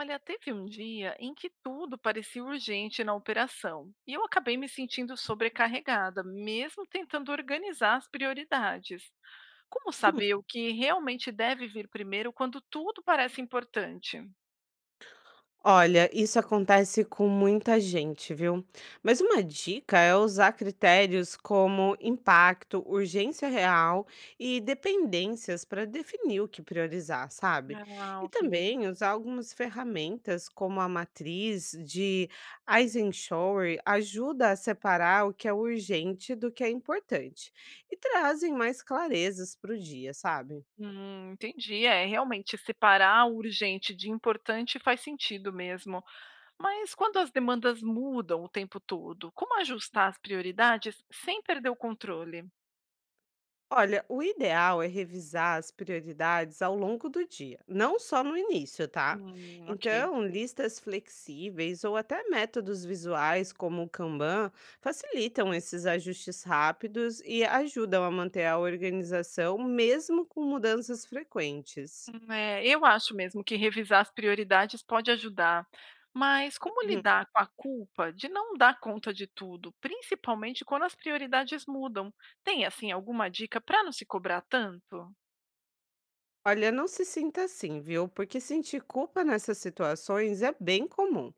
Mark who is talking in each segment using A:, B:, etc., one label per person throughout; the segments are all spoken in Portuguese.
A: Olha, teve um dia em que tudo parecia urgente na operação e eu acabei me sentindo sobrecarregada, mesmo tentando organizar as prioridades. Como
B: Hum,
A: saber o que realmente deve vir primeiro quando tudo parece importante?
B: olha, isso acontece com muita gente, viu? Mas uma dica é usar critérios como impacto, urgência real e dependências para definir o que priorizar, sabe?
A: Ah,
B: E
A: ok.
B: também usar algumas ferramentas como a matriz de Eisenhower ajuda a separar o que é urgente do que é importante e trazem mais clarezas para o dia, sabe?
A: Entendi. É, realmente separar o urgente de importante faz sentido mesmo. Mas quando as demandas mudam o tempo todo, como ajustar as prioridades sem perder o controle?
B: Olha, o ideal é revisar as prioridades ao longo do dia, não só no início, tá?
A: Ok.
B: Então, listas flexíveis ou até métodos visuais como o Kanban facilitam esses ajustes rápidos e ajudam a manter a organização mesmo com mudanças frequentes.
A: É, eu acho mesmo que revisar as prioridades pode ajudar, mas como
B: Uhum.
A: lidar com a culpa de não dar conta de tudo, principalmente quando as prioridades mudam? Tem assim alguma dica para não se cobrar tanto?
B: Olha, não se sinta assim, viu? Porque sentir culpa nessas situações é bem comum.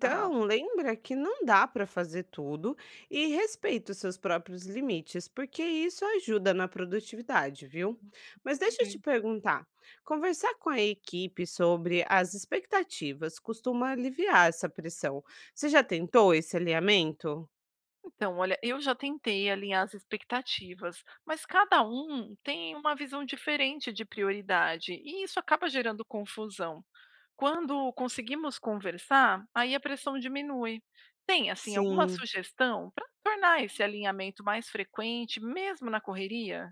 A: Tá,
B: lembra que não dá para fazer tudo e respeita os seus próprios limites, porque isso ajuda na produtividade, viu? Mas deixa eu te
A: entendi.
B: perguntar, conversar com a equipe sobre as expectativas costuma aliviar essa pressão. Você já tentou esse alinhamento?
A: Então, olha, eu já tentei alinhar as expectativas, mas cada um tem uma visão diferente de prioridade e isso acaba gerando confusão. Quando conseguimos conversar, aí a pressão diminui. Tem, assim, alguma
B: Sim.
A: sugestão para tornar esse alinhamento mais frequente, mesmo na correria?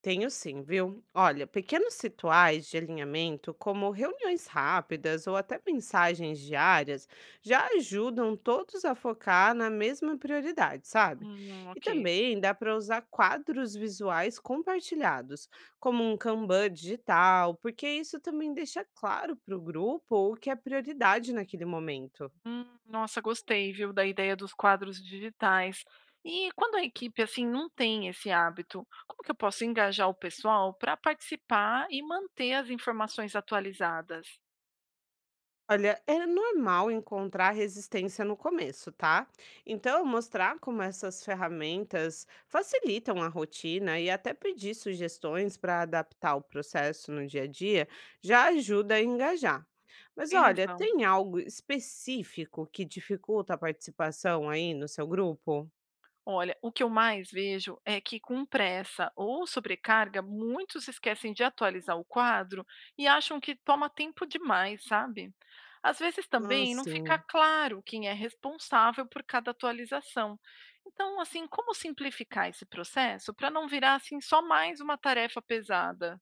B: Tenho sim, viu? Olha, pequenos rituais de alinhamento, como reuniões rápidas ou até mensagens diárias, já ajudam todos a focar na mesma prioridade, sabe? E
A: Ok.
B: também dá para usar quadros visuais compartilhados, como um Kanban digital, porque isso também deixa claro para o grupo o que é prioridade naquele momento.
A: Nossa, gostei, viu, da ideia dos quadros digitais. E quando a equipe assim não tem esse hábito, como que eu posso engajar o pessoal para participar e manter as informações atualizadas?
B: Olha, é normal encontrar resistência no começo, tá? Então, mostrar como essas ferramentas facilitam a rotina e até pedir sugestões para adaptar o processo no dia a dia já ajuda a engajar. Mas
A: Tem
B: olha,
A: razão.
B: tem algo específico que dificulta a participação aí no seu grupo?
A: Olha, o que eu mais vejo é que, com pressa ou sobrecarga, muitos esquecem de atualizar o quadro e acham que toma tempo demais, sabe? Às vezes
B: Ah,
A: também não fica
B: sim.
A: claro quem é responsável por cada atualização. Então, assim, como simplificar esse processo para não virar assim só mais uma tarefa pesada?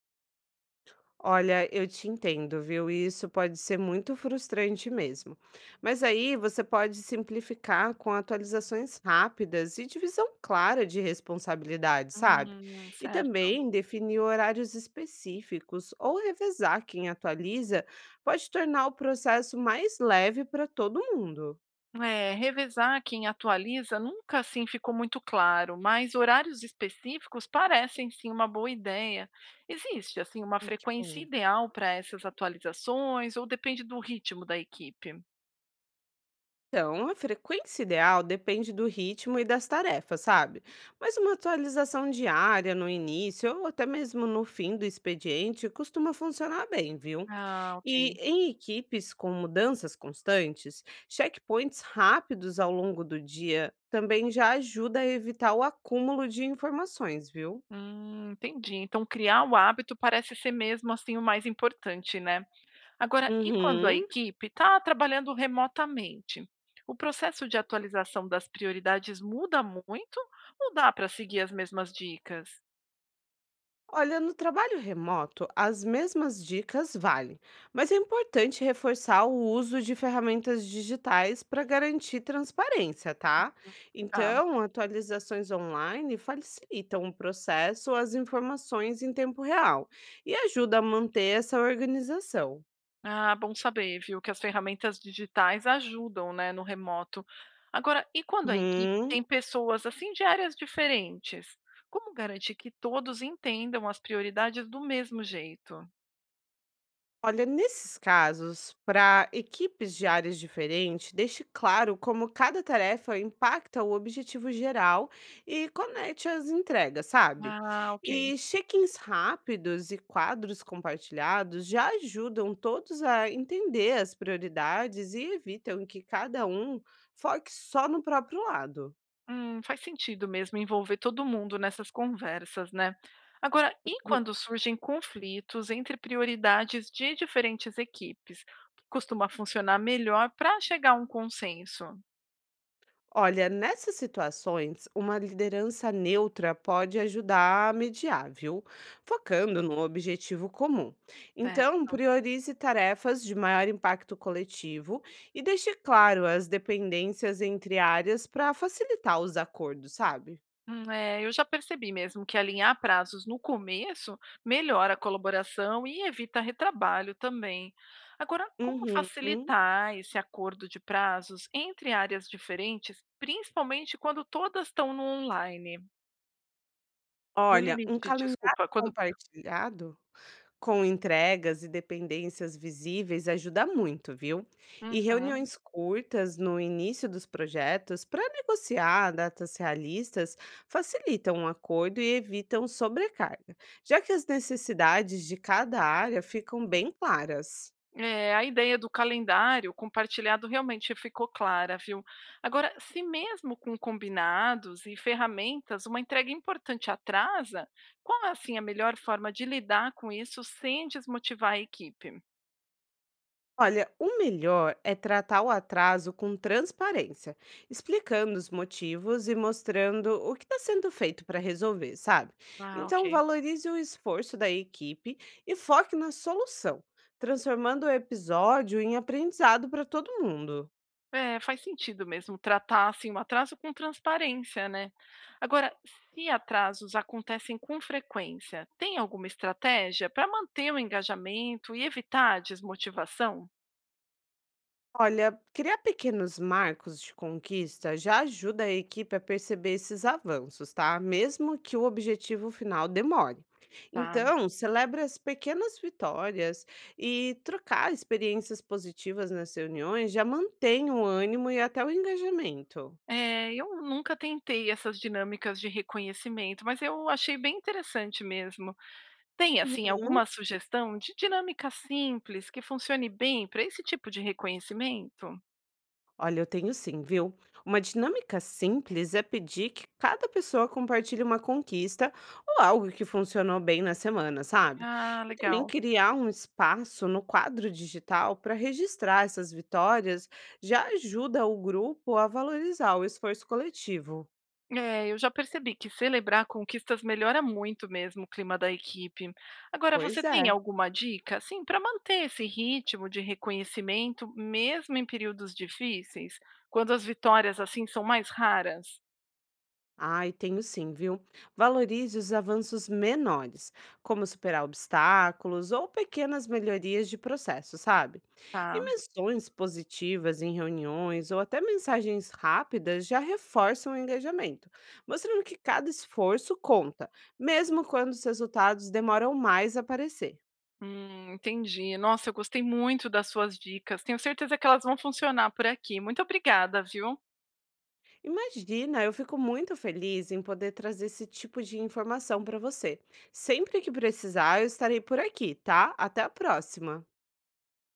B: Olha, eu te entendo, viu? E isso pode ser muito frustrante mesmo. Mas aí você pode simplificar com atualizações rápidas e divisão clara de responsabilidade, sabe? E
A: Certo.
B: também definir horários específicos ou revezar quem atualiza pode tornar o processo mais leve para todo mundo.
A: É, revezar quem atualiza nunca assim ficou muito claro, mas horários específicos parecem sim uma boa ideia. Existe assim uma
B: Ai, que
A: frequência
B: bom.
A: ideal para essas atualizações ou depende do ritmo da equipe?
B: Então, a frequência ideal depende do ritmo e das tarefas, sabe? Mas uma atualização diária no início ou até mesmo no fim do expediente costuma funcionar bem, viu?
A: Ah,
B: E
A: ok.
B: em equipes com mudanças constantes, checkpoints rápidos ao longo do dia também já ajuda a evitar o acúmulo de informações, viu?
A: Entendi. Então criar o hábito parece ser mesmo assim o mais importante, né? Agora, e quando a
B: Uhum.
A: equipe está trabalhando remotamente? O processo de atualização das prioridades muda muito ou dá para seguir as mesmas dicas?
B: Olha, no trabalho remoto, as mesmas dicas valem, mas é importante reforçar o uso de ferramentas digitais para garantir transparência, tá?
A: Hum, tá.
B: Então, atualizações online facilitam o processo, as informações em tempo real e ajuda a manter essa organização.
A: Ah, bom saber, viu, que as ferramentas digitais ajudam, né, no remoto. Agora, e quando a equipe
B: Uhum.
A: tem pessoas assim de áreas diferentes? Como garantir que todos entendam as prioridades do mesmo jeito?
B: Olha, nesses casos, para equipes de áreas diferentes, deixe claro como cada tarefa impacta o objetivo geral e conecte as entregas, sabe?
A: Ah, ok.
B: E check-ins rápidos e quadros compartilhados já ajudam todos a entender as prioridades e evitam que cada um foque só no próprio lado.
A: Faz sentido mesmo envolver todo mundo nessas conversas, né? Agora, e quando surgem conflitos entre prioridades de diferentes equipes? O que costuma funcionar melhor para chegar a um consenso?
B: Olha, nessas situações, uma liderança neutra pode ajudar a mediar, viu? Focando no objetivo comum. Então,
A: Certo.
B: priorize tarefas de maior impacto coletivo e deixe claro as dependências entre áreas para facilitar os acordos, sabe?
A: É, eu já percebi mesmo que alinhar prazos no começo melhora a colaboração e evita retrabalho também. Agora, como
B: Uhum.
A: facilitar esse acordo de prazos entre áreas diferentes, principalmente quando todas estão no online, no
B: Olha, um
A: limite,
B: calendário
A: desculpa, quando
B: compartilhado com entregas e dependências visíveis ajuda muito, viu? E
A: Uhum.
B: reuniões curtas no início dos projetos para negociar datas realistas facilitam o acordo e evitam sobrecarga, já que as necessidades de cada área ficam bem claras.
A: É, a ideia do calendário compartilhado realmente ficou clara, viu? Agora, se mesmo com combinados e ferramentas uma entrega importante atrasa, qual é assim a melhor forma de lidar com isso sem desmotivar a equipe?
B: Olha, o melhor é tratar o atraso com transparência, explicando os motivos e mostrando o que está sendo feito para resolver, sabe?
A: Ah,
B: Então,
A: ok.
B: valorize o esforço da equipe e foque na solução, transformando o episódio em aprendizado para todo mundo.
A: É, faz sentido mesmo tratar assim o atraso com transparência, né? Agora, se atrasos acontecem com frequência, tem alguma estratégia para manter o engajamento e evitar a desmotivação?
B: Olha, criar pequenos marcos de conquista já ajuda a equipe a perceber esses avanços, tá? Mesmo que o objetivo final demore.
A: Tá.
B: Então, celebre as pequenas vitórias e trocar experiências positivas nas reuniões já mantém o ânimo e até o engajamento.
A: É, eu nunca tentei essas dinâmicas de reconhecimento, mas eu achei bem interessante mesmo. Tem, assim,
B: Uhum.
A: alguma sugestão de dinâmica simples que funcione bem para esse tipo de reconhecimento?
B: Olha, eu tenho sim, viu? Uma dinâmica simples é pedir que cada pessoa compartilhe uma conquista ou algo que funcionou bem na semana, sabe?
A: Ah,
B: E também
A: legal.
B: criar um espaço no quadro digital para registrar essas vitórias já ajuda o grupo a valorizar o esforço coletivo.
A: É, eu já percebi que celebrar conquistas melhora muito mesmo o clima da equipe. Agora,
B: Pois
A: você tem
B: é.
A: alguma dica, assim, para manter esse ritmo de reconhecimento, mesmo em períodos difíceis, quando as vitórias, assim, são mais raras?
B: Ai, tenho sim, viu? Valorize os avanços menores, como superar obstáculos ou pequenas melhorias de processo, sabe? E
A: Tá.
B: menções positivas em reuniões ou até mensagens rápidas já reforçam o engajamento, mostrando que cada esforço conta, mesmo quando os resultados demoram mais a aparecer.
A: Entendi. Nossa, eu gostei muito das suas dicas. Tenho certeza que elas vão funcionar por aqui. Muito obrigada, viu?
B: Imagina, eu fico muito feliz em poder trazer esse tipo de informação para você. Sempre que precisar, eu estarei por aqui, tá? Até a próxima!